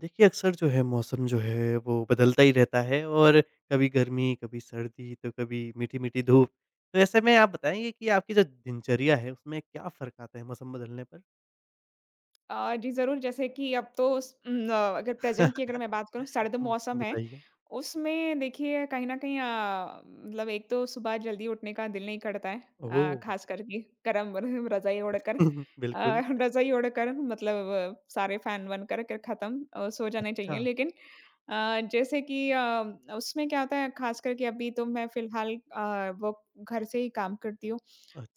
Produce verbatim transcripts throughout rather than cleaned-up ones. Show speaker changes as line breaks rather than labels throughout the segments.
देखिए, अक्सर जो है मौसम जो है वो बदलता ही रहता है और कभी गर्मी, कभी सर्दी तो कभी मीठी-मीठी धूप। तो ऐसे में आप बताएँगे कि आपकी जो दिनचर्या है उसमें क्या फ़र्क आता है मौसम बदलने पर?
अ, जी ज़रूर, जैसे कि अब तो उस उम, अगर प्रेज़ेंट की अगर मैं बात करूँ सर्द
हुँ,
मौसम है,
बताइए।
उसमें देखिए कहीं न कहीं अ, मतलब एक तो सुबह जल्दी उठने का दिल नहीं करता है, अ,
ओह!
ख़ास करके गरम रज़ाई ओढ़कर अ,
बिल्कुल।
रज़ाई ओढ़कर मतलब आ, सारे फ़ैन बंद कर के ख़त्म अ, सो जाना
अच्छा,
चाहिए। लेकिन अ, जैसे कि अ, उसमें क्या होता है ख़ास करके अभी तो मैं फ़िलहाल अ, वो घर से ही काम करती हूँ।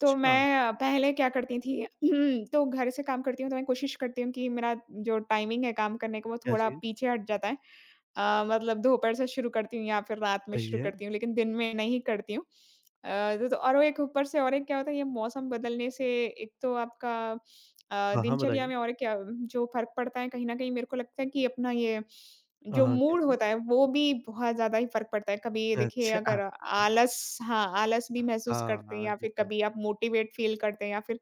तो मैं अ, पहले क्या करती थी, तो घर से काम करती हूँ तो मैं कोशिश करती हूँ कि मेरा जो टाइमिंग है काम करने का वो
क्या
थोड़ा
चीज़?
पीछे हट जाता है। अ, मतलब दोपहर से शुरू करती हूँ या फिर रात में
सही
शुरू
है।
करती हूँ, लेकिन दिन में नहीं करती हूँ। अ, तो तो और वो एक ऊपर से और एक क्या होता है, ये मौसम बदलने से एक तो आपका अ,
हाँ, हाँ,
दिनचर्या
बताइए।
में और क्या जो फ़र्क पड़ता है, कहीं न कहीं मेरे को लगता है कि अपना ये
हाँ,
जो
हाँ, क्या
मूड
चीज़?
होता है वो भी बहुत ज़्यादा ही फ़र्क पड़ता है। कभी ये देखिए
अच्छा।
अगर आलस, हाँ, आलस भी महसूस
हाँ,
करते हैं
हाँ,
या
ये
फिर
तो है।
कभी आप मोटिवेट फ़ील करते हैं या फिर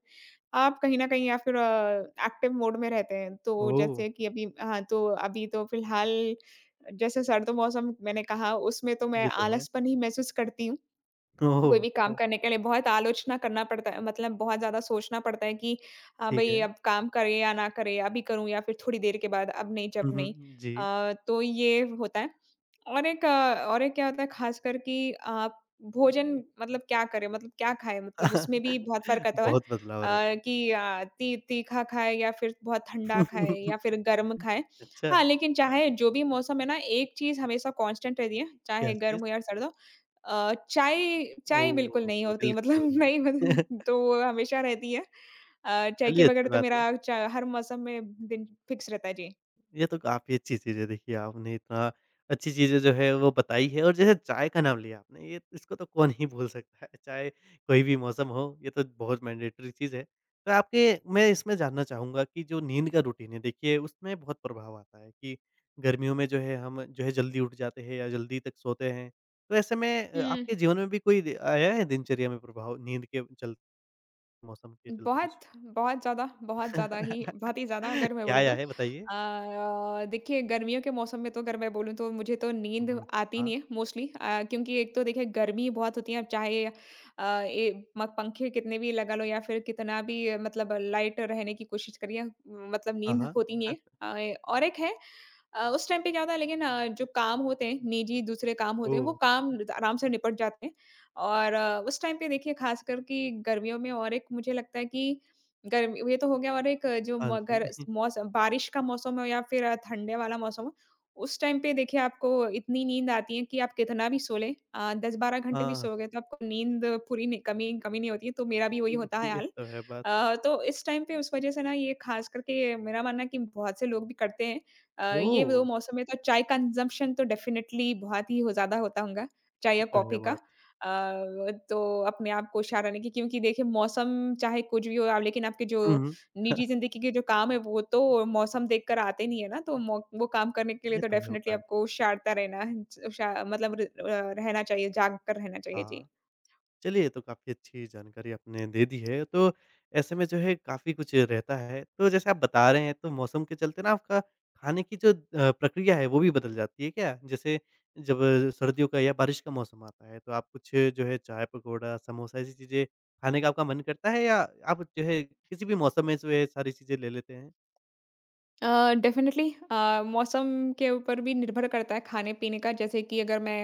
आप कहीं न कहीं या फिर अ, एक्टिव मोड में रहते हैं। तो
ओह!
जैसे कि अभी, हाँ, तो अभी तो फ़िलहाल जैसे सर्द मौसम मैंने कहा उसमें तो मैं
ये तो है।
आलसपन ही महसूस करती हूँ। कोई
ओह!
भी काम करने के लिए बहुत आलोचना करना पड़ता है, मतलब बहुत ज़्यादा सोचना पड़ता है कि हाँ,
ठीक
भई
है।
अब काम करे या ना करे, अभी करूँ या फिर थोड़ी देर के बाद, अब नहीं जब
हुँ,
नहीं।
हुँ, जी।
अ, तो ये होता है। और एक अ, और एक क्या होता है ख़ासकर कि अ, भोजन मतलब क्या करें, मतलब क्या खाएँ? मतलब उसमें भी बहुत फ़र्क आता है
बहुत बदलाव रहे।
अ, कि अ, ती तीखा खाएँ या फिर बहुत ठंडा खाएँ या फिर गर्म खाएँ।
अच्छा,
हाँ, लेकिन चाहे जो भी मौसम है ना, एक चीज़ हमेशा कांस्टेंट रहती है,
क्या
चाहे गर्म
चीज़?
हो या सर्द हो। अ, चाय, चाय बिल्कुल
ओह!
नहीं होती मतलब
बिल्कुल।
नहीं, मतलब तो वो हमेशा रहती है। अ, चाय के
चलिए
बगैर
अच्छी
तो
बात
मेरा
है।
चा हर मौसम में दिन फिक्स रहता है।
ये तो काफ़ी अच्छी चीज़ है देखिए आपने इतना अच्छी चीज़ें जो है वो बताई है और जैसे चाय का नाम लिया आपने ये इसको तो कौन ही भूल सकता है, चाहे कोई भी मौसम हो ये तो बहुत मैंडेटरी चीज़ है। तो आपके मैं इसमें जानना चाहूँगा कि जो नींद का रूटीन है देखिए उसमें बहुत प्रभाव आता है कि गर्मियों में जो है हम जो है जल्दी उठ जाते हैं या जल्दी तक सोते हैं। तो ऐसे में अ,
जी।
आपके जीवन में भी कोई दे- आया है दिनचर्या में प्रभाव नींद के चलते मौसम के चलते कुछ?
बहुत, बहुत ज़्यादा, बहुत ज़्यादा ही, बहुत ही ज़्यादा अगर मैं
क्या
बोलूँ तो।
आया है बताइए?
अ, देखिए गर्मियों के मौसम में तो अगर मैं बोलूँ तो मुझे तो नींद
हुँ,
आती
हाँ।
नहीं है मोस्टली, अ, क्योंकि एक तो देखिए गर्मी बहुत होती है, अब चाहे अ, ए म पंखे कितने भी लगा लो या फिर कितना भी अ, मतलब लाइट रहने की कोशिश करिए, अ, मतलब
हाँ,
नींद
हाँ।
होती नहीं है। अ, और एक है, अ, उस टाइम पे क्या होता है, लेकिन अ, जो काम होते हैं निजी दूसरे काम होते हैं
ओह!
वो काम आराम से निपट जाते हैं। और अ, उस टाइम पे देखिए खासकर कि गर्मियों में, और एक मुझे लगता है कि गर्मी ये तो हो गया, और एक जो
हाँ
म- घर
जी।
मौसम बारिश का मौसम हो या फिर अ, ठंडे वाला मौसम हो, उस टाइम पे देखिए आपको इतनी नींद आती है कि आप कितना भी सो लें, अ, दस बारह घंटे भी
हाँ,
सो गए तो आपको नींद पूरी नहीं, कमी कमी नहीं होती है, तो मेरा भी वही होता
हम्म,
है
ये
हाल।
तो है बात।
अ, तो इस टाइम पे उस वजह से ना, ये खास करके मेरा मानना है कि बहुत से लोग भी करते हैं, अ, ये दो
ओह!
मौसम में तो चाय कंजम्पशन तो डेफिनेटली बहुत ही हो ज्यादा होता होगा, चाय
ये
या
तो है
कॉफी का।
बात।
अ, तो अपने आप को शाराने की, क्योंकि देखिए मौसम चाहे कुछ भी हो आप, लेकिन आपके जो
हुँ, हुँ।
निजी ज़िंदगी के जो काम है वो तो मौसम देखकर आते नहीं है ना, तो मौ वो काम करने के लिए
ये
तो
तो है
डेफ़िनेटली
होता है।
आपको शारता रहना है, च शा मतलब र अ, रहना चाहिए, जाग कर रहना चाहिए। जी।
हाँ। चलिए ये तो काफ़ी अच्छी जानकारी आपने दे दी है, तो ऐसे में जो है काफ़ी कुछ रहता है। तो जैसे आप बता रहे हैं तो मौसम के चलते ना आपका खाने की जो अ, प्रक्रिया है वो भी बदल जाती है क्या? जैसे जब सर्दियों का या बारिश का मौसम आता है तो आप कुछ जो है चाय, पकौड़ा, समोसा ऐसी चीज़ें खाने का आपका मन करता है या आप जो है किसी भी मौसम में जो है सारी चीज़ें ले लेते हैं?
अ, डेफ़िनेटली, अ, मौसम के ऊपर भी निर्भर करता है खाने-पीने का। जैसे कि अगर मैं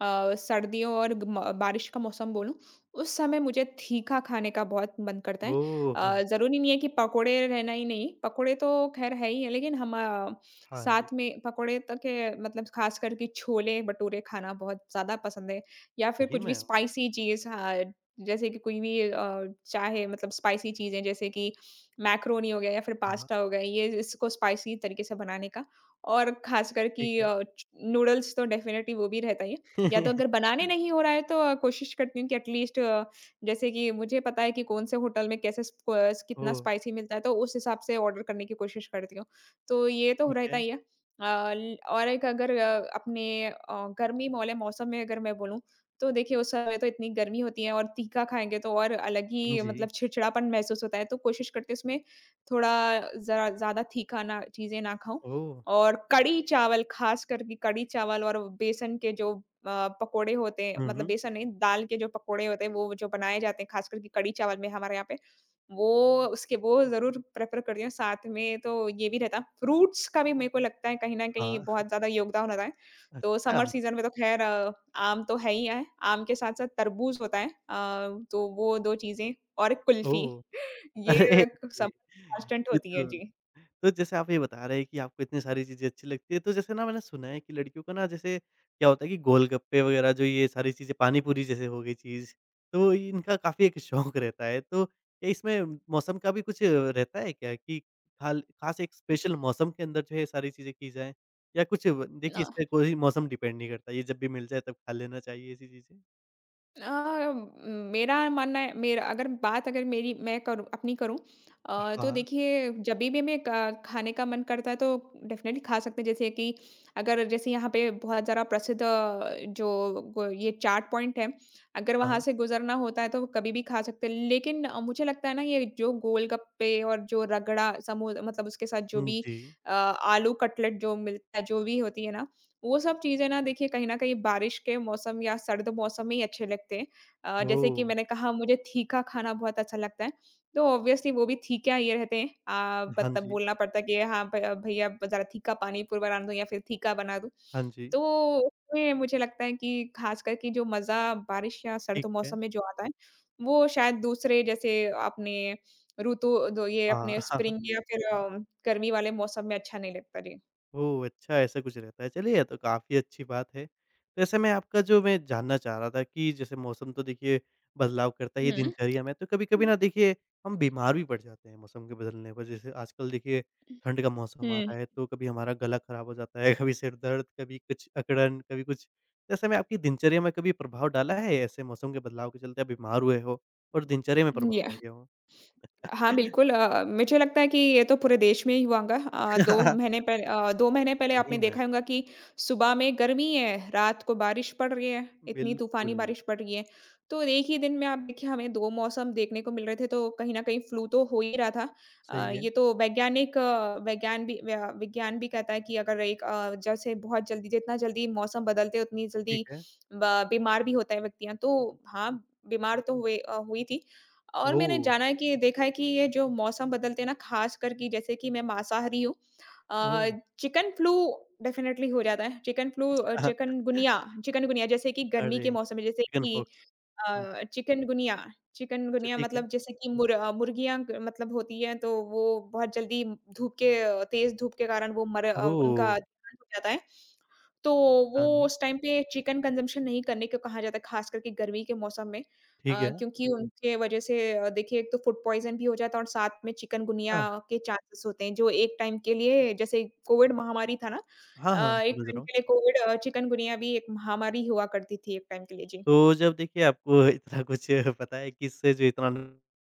अ, सर्दियों और ग- म बारिश का मौसम बोलूँ, उस समय मुझे तीखा खाने का बहुत मन करता है।
ओह!
अ, ज़रूरी नहीं है कि पकोड़े रहना ही नहीं, पकोड़े तो ख़ैर है ही है, लेकिन हम अ,
हाँ जी,
साथ में पकोड़े तक के, मतलब ख़ासकर कि छोले-भटूरे खाना बहुत ज़्यादा पसंद है, या फिर
सही
कुछ भी
में?
स्पाइसी चीज़, हाँ, जैसे कि कोई भी अ, चाहे मतलब स्पाइसी चीज़ें जैसे कि मैक्रोनी हो गया या फिर
हाँ, हाँ,
पास्ता हो गया, ये इसको स्पाइसी तरीके से बनाने का, और ख़ासकर कि
ठीक है।
अ, च नूडल्स तो डेफ़िनेटली वो भी रहता ही है। या तो अगर बनाने नहीं हो रहा है तो अ, कोशिश करती हूँ कि एटलीस्ट, अ, जैसे कि मुझे पता है कि कौन-से होटल में कैसे स्प अ, कितना
ओह!
स्पाइसी मिलता है, तो उस हिसाब से ऑर्डर करने की कोशिश करती हूँ। तो ये तो
ठीक
रहता
है।
ही है। अ, ल और एक अगर अ, अपने अ, गर्मी वाले मौसम में अगर मैं बोलूँ, तो देखिए, उस समय तो इतनी गर्मी होती है और तीखा खाएँगे तो और अलग ही, मतलब
जी।
चिड़चिड़ापन महसूस होता है, तो कोशिश करते हैं उसमें थोड़ा ज़रा ज़्यादा तीखा ना, चीज़ें ना खाऊँ।
ओह!
और कढ़ी चावल, ख़ास करके कढ़ी चावल और बेसन के जो अ, पकोड़े होते हैं,
हुँ,
मतलब
हुँ।
बेसन नहीं, दाल के जो पकोड़े होते हैं, वो जो बनाए जाते हैं, ख़ास करके कढ़ी चावल में हमारे यहाँ पे, वो उसके वो ज़रूर प्रेफ़र करती हूँ। साथ में तो ये भी रहता, फ्रूट्स का भी मेरे को लगता है कहीं न कहीं
हाँ।
बहुत ज़्यादा योगदान होता है। तो
अच्छा,
समर सीज़न में तो ख़ैर आम तो है ही है, आम के साथ-साथ तरबूज़ होता है, अ, तो वो दो चीज़ें और कुल्फ़ी
ओह!
ये
अरे!
समर में कांस्टेंट
ये
होती है।
तो
जी।
तो जैसे आप ये बता रहे हैं कि आपको इतनी सारी चीज़ें अच्छी लगती हैं, तो जैसे ना मैंने सुना है कि लड़कियों को ना जैसे क्या होता है कि गोलगप्पे वगैरह जो ये सारी चीज़ें पानीपुरी जैसे हो गई चीज़, तो इनका काफ़ी एक शौक रहता है। तो क्या इसमें मौसम का भी कुछ रहता है क्या कि खाल खास एक स्पेशल मौसम के अंदर जो है सारी चीज़ें की जाएँ? या कुछ व देखिए
अ,
इसपे कोई मौसम डिपेंड नहीं करता, ये जब भी मिल जाए तब खा लेना चाहिए ऐसी चीज़ें?
अ, मेरा मानना है, मेरा अगर बात अगर मेरी मैं करूँ अपनी करूँ, अ, तो
हाँ,
देखिए जभी भी मैं क खाने का मन करता है तो डेफ़िनेटली खा सकते हैं। जैसे कि अगर जैसे यहाँ पे बहुत ज़्यादा प्रसिद्ध अ, जो ग ये चाट पॉइंट है, अगर वहाँ
हाँ।
से गुज़रना होता है तो कभी भी खा सकते हैं। लेकिन अ, मुझे लगता है ना, ये जो गोलगप्पे और जो रगड़ा समो मतलब उसके साथ जो
हुँ,
भी
जी।
अ, आलू कटलेट जो मिलता है, जो भी होती है ना, वो सब चीज़ें ना देखिए कहीं न कहीं बारिश के मौसम या सर्द मौसम में ही अच्छे लगते हैं। अ, जैसे कि
ओह!
मैंने कहा मुझे तीखा खाना बहुत अच्छा लगता है, तो ऑब्वियसली वो भी तीखा ही रहते हैं। अ,
हाँ
मतलब
जी।
बोलना पड़ता है कि हाँ, भ भैया ज़रा तीखा पानीपुरी बना दो या फिर तीखा बना दो।
हाँ जी,
तो उसमें मुझे लगता है कि खासकर कि जो मज़ा बारिश या सर्द
ठीक है।
मौसम में जो आता है, वो शायद दूसरे जैसे अपने ऋतु दो ये
हाँ,
अपने
हाँ, हाँ।
स्प्रिंग या फिर अ, गर्मी वाले मौसम में अच्छा नहीं लगता। जी।
ओह! अच्छा ऐसा कुछ रहता है, चलिए ये तो काफ़ी अच्छी बात है। तो ऐसे में आपका जो मैं जानना चाह रहा था कि जैसे मौसम तो देखिए बदलाव करता ही है
हुँ।
दिनचर्या में, तो कभी-कभी
हुँ।
ना देखिए हम बीमार भी पड़ जाते हैं मौसम के बदलने पर। जैसे आजकल देखिए ठंड का मौसम आ
हुँ।
रहा है, तो कभी हमारा गला खराब हो जाता है, कभी सिर दर्द, कभी कुछ अकड़न, कभी कुछ। तो ऐसे में आपकी दिनचर्या में कभी प्रभाव डाला है ऐसे मौसम के बदलाव के चलते आप बीमार हुए हो और दिनचर्या में
जी,
प्रभाव आ गया हो?
हाँ, बिल्कुल, अ, मुझे लगता है कि ये तो पूरे देश में ही हुआ होगा। अ, दो महीने पहले, अ, दो महीने पहले
सही
आपने
में,
देखा होगा कि सुबह में गर्मी है, रात को बारिश पड़ रही है, इतनी तूफ़ानी
बिल्कुल।
बारिश पड़ रही है। तो एक ही दिन में आप देखिए हमें दो मौसम देखने को मिल रहे थे, तो कहीं न कहीं फ्लू तो हो ही रहा था। अ,
सही है,
ये तो वैज्ञानिक वैज्ञान भी व्या विज्ञान भी कहता है कि अगर एक अ, जैसे बहुत जल्दी जितना जल्दी मौसम बदलते हैं, उतनी जल्दी
ठीक है।
ब बीमार भी होता है व्यक्तियाँ। तो हाँ, बीमार तो हुए अ, हुई थी। और मैंने
ओह!
जाना है कि देखा है कि ये जो मौसम बदलते हैं ना, ख़ासकर कि जैसे कि मैं मांसाहारी हूँ, अ,
ओह!
चिकन फ्लू डेफ़िनेटली हो जाता है। चिकन फ्लू अ,
अ,
चिकनगुनिया चिकनगुनिया जैसे कि गर्मी
अरे!
के मौसम में, जैसे
चिकन
कि
पॉक्स। हुँ,
अ, चिकनगुनिया
अच्छा
चिकनगुनिया
ठीक है।
मतलब जैसे कि मुर अ, मुर्गियाँ क मतलब होती हैं, तो वो बहुत जल्दी धूप के तेज़ धूप के कारण वो मर अ,
ओह!
उनका देहांत हो जाता है। तो वो
पता नहीं,
उस टाइम पे चिकन कंज़म्पशन नहीं करने को कहा जाता है, ख़ास करके गर्मी के मौसम में।
ठीक
अ,
है।
क्योंकि उनके वज़ह से अ, देखिए एक तो फूड पॉइज़न भी हो जाता है और साथ में चिकनगुनिया
हाँ,
के चांसेस होते हैं, जो एक टाइम के लिए जैसे कोविड महामारी था ना,
हाँ, हाँ,
अ, एक
समझ
टाइम
रहा हूँ।
के लिए कोविड, अ, चिकनगुनिया भी एक महामारी हुआ करती थी एक टाइम के लिए। जी।
तो जब देखिए आपको इतना कुछ पता है कि इससे जो इतना नुकसान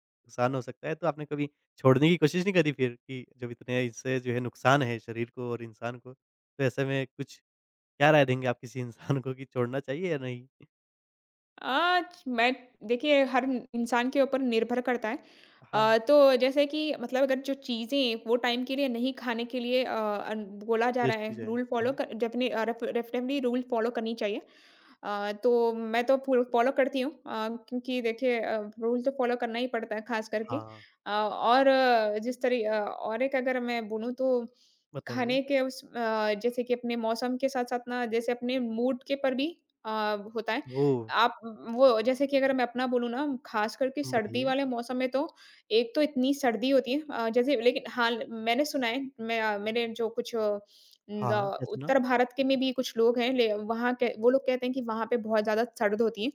हो सकता है, तो आपने कभी छोड़ने की कोशिश नहीं करी फिर कि जब इतने इससे जो है नुकसान है शरीर को और इंसान को, तो ऐसे में कुछ क्या राय देंगे आप किसी इंसान को कि छोड़ना चाहिए या नहीं?
आज मैं देखिए हर इंसान के ऊपर निर्भर करता है।
हाँ,
अ, तो जैसे कि मतलब अगर जो चीज़ें वो टाइम के लिए नहीं खाने के लिए अ, अन बोला जा रहा
बेस्ट चीज़
है,
है।
रूल फ़ॉलो
हुँ,
कर ज अपने अ, रेफ डेफ़िनेटली रूल फ़ॉलो करनी चाहिए। अ, तो मैं तो फुल फॉलो करती हूँ, अ, क्योंकि देखिए अ, रूल तो फॉलो करना ही पड़ता है ख़ास करके,
हाँ,
अ, और अ, जिस तरी अ, और एक अगर मैं बोलूँ तो
बताइए।
खाने के उस अ, जैसे कि अपने मौसम के साथ-साथ ना, जैसे अपने मूड के पर भी अ, होता है।
ओह!
आप वो जैसे कि अगर मैं अपना बोलूँ ना, ख़ास करके सर्दी
बताइए।
वाले मौसम में तो एक तो इतनी सर्दी होती है, अ, जैसे लेकिन हाँ, मैंने सुना है। मैं अ, मेरे जो कुछ द
हाँ, क्या सुना?
उत्तर भारत के में भी कुछ लोग हैं, ले वहाँ के वो लोग कहते हैं कि वहाँ पे बहुत ज़्यादा सर्द होती है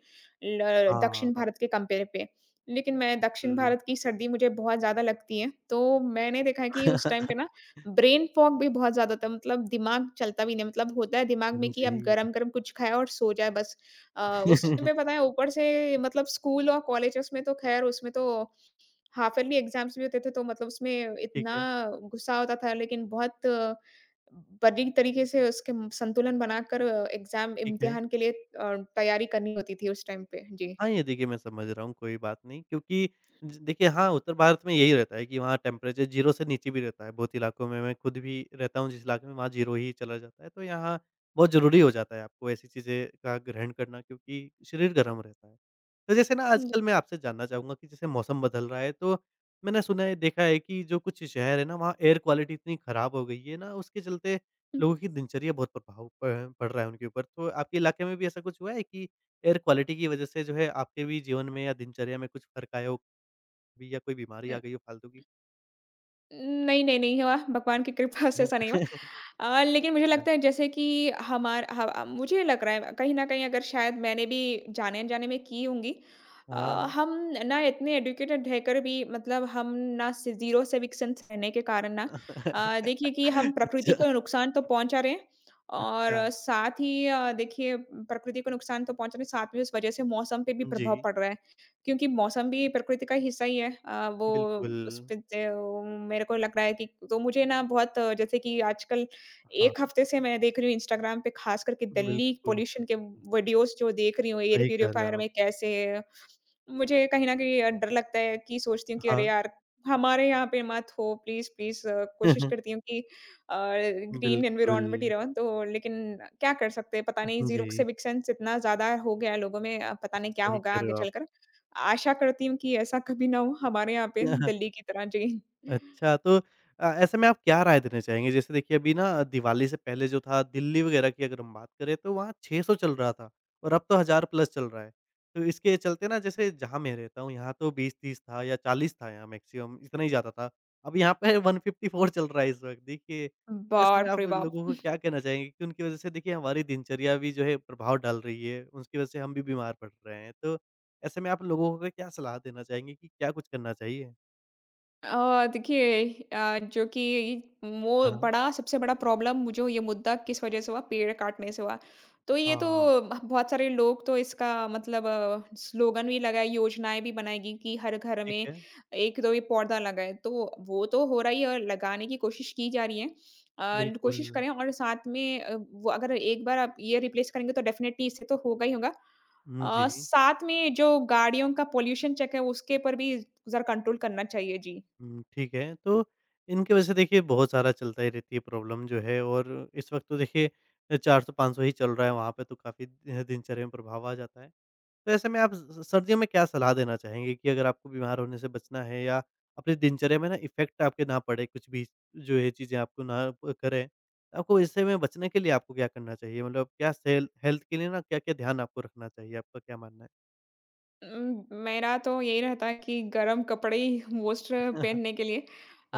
ल दक्षिण
हाँ,
भारत के कंपेयर पे। लेकिन मैं दक्षिण
बिल
भारत की सर्दी मुझे बहुत ज़्यादा लगती है, तो मैंने देखा है कि उस टाइम पे ना ब्रेन फॉग भी बहुत ज़्यादा था। मतलब दिमाग चलता भी नहीं, मतलब होता है दिमाग में कि
जी।
अब गरम-गरम कुछ खाएँ और सो जाए बस। अ, उस टाइम पे पता है, ऊपर से मतलब स्कूल और कॉलेजेस में तो खैर उसमें तो हाफ़िज़ली एग्ज़ाम्स भी होते थे, तो मतलब उसमें
ठीक
इतना
है,
गुस्सा होता था, लेकिन बहुत अ, बरीक तरीके से उसके म संतुलन बनाकर एग्ज़ाम
ठीक है।
इम्तिहान के लिए अ, तैयारी करनी होती थी उस टाइम पे। जी।
हाँ, ये देखिए मैं समझ रहा हूँ, कोई बात नहीं क्योंकि ज देखिए हाँ, उत्तर भारत में यही रहता है कि वहाँ टेम्परेचर शून्य से नीचे भी रहता है, बहुत इलाकों में मैं खुद भी रहता हूँ जिस इलाके में वहाँ शून्य ही चला जाता है। तो यहाँ बहुत ज़रूरी हो जाता है आपको ऐसी चीज़ें का ग्रहण करना क्योंकि शरीर गर्म रहता है। तो जैसे ना
हुँ, जी।
आजकल मैं आपसे जानना चाहूँगा कि जैसे मौसम बदल रहा है तो मैंने सुना है देखा है कि जो कुछ शहर है ना वहाँ एयर क्वालिटी इतनी ख़राब हो गई है ना उसके चलते
हुँ।
लोगों की दिनचर्या बहुत प्रभाव प पड़ रहा है उनके ऊपर। तो आपके इलाके में भी ऐसा कुछ हुआ है कि एयर क्वालिटी की वजह से जो है आपके भी जीवन में या दिनचर्या में कुछ फ़र्क आया हो कभी या कोई बीमारी आ गई हो फालतू की?
नहीं, नहीं, नहीं हुआ, भगवान की कृपा से ऐसा नहीं हुआ। अ, लेकिन मुझे
अच्छा,
लगता है जैसे कि हमार ह अ, मुझे लग रहा है कहीं न कहीं अगर शायद मैंने भी जाने-अनजाने में की होंगी। अ,
हाँ।
हम ना इतने एडुकेटेड रहकर भी, मतलब हम ना से ज़ीरो से विकसन रहने के कारण ना अ, देखिए कि हम प्रकृति
अच्छा,
को नुकसान तो पहुँचा रहे हैं, और
अच्छा।
साथ ही अ, देखिए प्रकृति को नुकसान तो पहुँचा रहे हैं, साथ में इस वज़ह से मौसम पे भी प्रभाव
जी,
पड़ रहा है। क्योंकि मौसम भी प्रकृति का हिस्सा ही है। अ, वो
बिल्कुल।
उस पे ते वो मेरे को लग रहा है कि, तो मुझे ना बहुत अ, जैसे कि आजकल
हाँ,
एक हफ्ते से मैं देख रही हूँ इंस्टाग्राम पे, ख़ास करके दिल्ली
बिल्कुल।
पॉल्यूशन के वीडियोज़ जो देख रही हूँ एयर
सही कह रहे
प्यूरिफायर
हो आप।
में कैसे, मुझे कहीं न कहीं अ, डर लगता है। कि सोचती हूँ कि अरे
हाँ।
यार! हमारे यहाँ पे मत हो प्लीज़, प्लीज़, अ, कोशिश करती हूँ कि अ, ग्रीन
बिल्कुल।
एनवायरनमेंट ही रहो, तो लेकिन क्या कर सकते हैं, पता नहीं। ज़ीरोक्स
जी,
एविक्शंस इतना ज़्यादा हो गया है लोगों में, अ, पता नहीं क्या
सही
होगा
कह रहे
आगे
हो आप।
चलकर। आशा करती हूँ कि ऐसा कभी ना हो हमारे यहाँ पे दिल्ली की तरह। जी।
अच्छा, तो अ, ऐसे में आप क्या राय देना चाहेंगे? जैसे देखिए अभी ना दिवाली से पहले जो था दिल्ली वगैरह की अगर हम बात करें तो वहाँ छह सौ चल रहा था और अब तो हज़ार प्लस चल रहा है। तो इसके चलते ना जैसे जहाँ मैं रहता हूँ यहाँ तो बीस तीस था या चालीस था यहाँ मैक्सिमम इतना ही ज़्यादा था। अब यहाँ पे वन फ़िफ़्टी फ़ोर चल रहा है इस वक़्त देखिए। तो ऐसे में
बाप रे
आप
बाप!
लोगों को क्या कहना चाहेंगे कि उनकी वज़ह से देखिए हमारी दिनचर्या भी जो है प्रभाव डाल रही है, उसकी वज़ह से हम भी बीमार पड़ रहे हैं। तो ऐसे में आप लोगों को क्या सलाह देना चाहेंगे कि क्या कुछ करना चाहिए?
अ, देखिए अ, जो कि वो
हाँ।
बड़ा, सबसे बड़ा प्रॉब्लम, मुझे ये मुद्दा किस वजह से हुआ? पेड़ काटने से हुआ। तो ये तो
हाँ।
बहुत सारे लोग तो इसका मतलब स्लोगन भी लगाए, योजनाएं भी बनाएगी कि हर घर
ठीक
में
है,
एक दो ये पौधा लगाए, तो वो तो हो रहा ही है और लगाने की कोशिश की जा रही है। अ,
बिल्कुल।
कोशिश करें, और साथ में अ, वो अगर एक बार आप ये रिप्लेस करेंगे तो डेफिनेटली इससे तो होगा ही होगा।
हुँ,
अ,
जी।
साथ में जो गाड़ियों का पोल्यूशन चेक है उसके पर भी जरा कंट्रोल करना चाहिए जी।
हुँ, ठीक है, तो इनकी वजह से देखिए बहुत सारा चलता ही रहती है प्रॉब्लम जो है और इस वक़्त तो देखिए अ, चार सौ पाँच सौ ही चल रहा है वहाँ पे तो काफ़ी अ, दिनचर्या में प्रभाव आ जाता है। तो ऐसे में आप स स सर्दियों में क्या सलाह देना चाहेंगे कि अगर आपको बीमार होने से बचना है या अपनी दिनचर्या में ना इफ़ेक्ट आपके ना पड़े कुछ भी जो ये चीज़ें आपको ना अ, करें, तो आपको इससे में बचने के लिए आपको क्या करना चाहिए? मतलब क्या सेल हेल्थ के लिए ना क्या-क्या ध्यान आपको रखना चाहिए? आपका क्या मानना है?
उम, मेरा तो यही रहता है कि गरम कपड़े ही, वस्त्र पहनने के लिए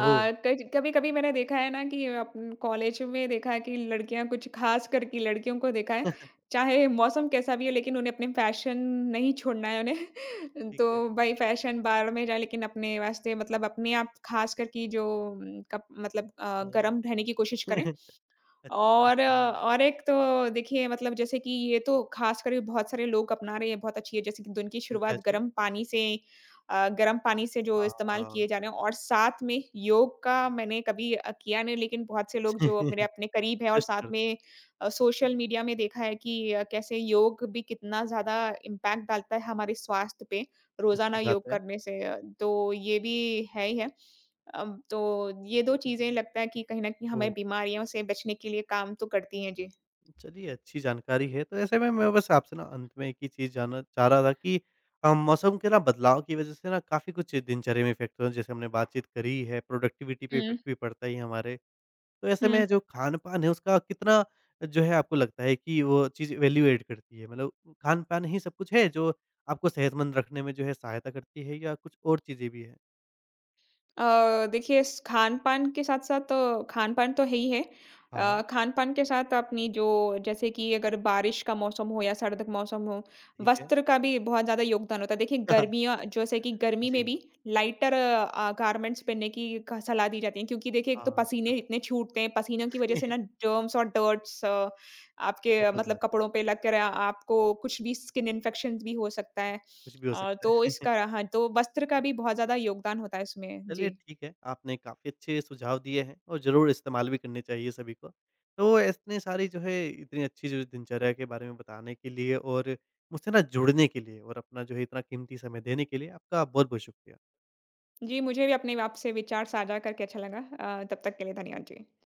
ओह!
कज कभी-कभी मैंने देखा है ना कि अप कॉलेज में देखा है कि लड़कियाँ, कुछ खास कर कि लड़कियों को देखा है, चाहे मौसम कैसा भी हो लेकिन उन्हें अपने फैशन नहीं छोड़ना है उन्हें।
ठीक है।
तो भाई फैशन बाहर में जाए, लेकिन अपने वास्ते, मतलब अपने आप खास कर कि जो उम, कप मतलब अ,
हाँ।
गरम रहने की कोशिश करें।
अच्छा,
और अ,
हाँ।
और एक तो देखिए मतलब जैसे कि ये तो ख़ासकर बहुत सारे लोग अपना रहे हैं, बहुत अच्छी है, जैसे कि दिन की
क्या
शुरुआत
चीज़?
गर्म पानी से अ, गर्म पानी से जो इस्तेमाल
हाँ।
किए जा रहे हैं, और साथ में योग का मैंने कभी अ, किया नहीं, लेकिन बहुत से लोग जो मेरे अपने करीब हैं, और
टेस्ट कर
साथ में अ, सोशल मीडिया में देखा है कि अ, कैसे योग भी कितना ज़्यादा इम्पैक्ट डालता है हमारे स्वास्थ्य पे, रोज़ाना
अच्छी बात
योग
है।
करने से। अ, तो ये भी है ही है। अब तो ये दो चीज़ें लगता है कि कहीं न कहीं हमें
ओह!
बीमारियों से बचने के लिए काम तो करती हैं। जी।
चलिए अच्छी जानकारी है। तो ऐसे में मैं बस आपसे ना अंत में एक ही चीज़ जानना चाह रहा था कि अ, मौसम के ना बदलाव की वज़ह से ना काफ़ी कुछ दिनचर्या में इफ़ेक्ट होता है, जैसे हमने बातचीत करी है, प्रोडक्टिविटी पे
हुँ,
इफ़ेक्ट भी पड़ता ही है हमारे। तो ऐसे में
हुँ।
जो खान-पान है उसका कितना जो है आपको लगता है कि वो चीज़ वैल्यूएट करती है? मतलब खान-पान ही सब कुछ है जो आपको सेहतमंद रखने में जो है सहायता करती है या कुछ और चीज़ें भी हैं?
अ, देखिए स खान-पान के साथ-साथ, खान-पान तो, खान पान तो है ही है।
हाँ,
अ,
हाँ।
खान-पान के साथ अपनी जो, जैसे कि अगर बारिश का मौसम हो या सर्द का मौसम हो,
ठीक है।
वस्त्र का भी बहुत ज़्यादा योगदान होता है। देखिए गर्मियाँ, जैसे कि गर्मी
जी।
में भी लाइटर अ, गारमेंट्स पहनने की क सलाह दी जाती है, क्योंकि देखिए एक तो
हाँ,
पसीने
करते
इतने छूटते हैं, पसीनों की वज़ह
हैं।
से ना जर्म्स और डर्ट्स अ, आपके अ,
बहुत
मतलब
ज़्यादा,
कपड़ों पे लग कर आ आपको कुछ भी स्किन इन्फेक्शंस भी हो सकता है।
कुछ भी हो
अ,
सकता
तो
है।
इसका, हाँ, तो वस्त्र का भी बहुत ज़्यादा योगदान होता है इसमें।
चलिए
जी।
ठीक है, आपने काफ़ी अच्छे सुझाव दिए हैं और ज़रूर इस्तेमाल भी करने चाहिए सभी को। तो इतनी सारी जो है इतनी अच्छी जो दिनचर्या के बारे में बताने के लिए और मुझसे ना जुड़ने के लिए और अपना जो है इतना कीमती समय देने के लिए आपका बहुत-बहुत शुक्रिया।
जी, मुझे भी अपने आपसे विचार साझा करके अच्छा लगा। अ, तब तक के लिए धन्यवाद जी।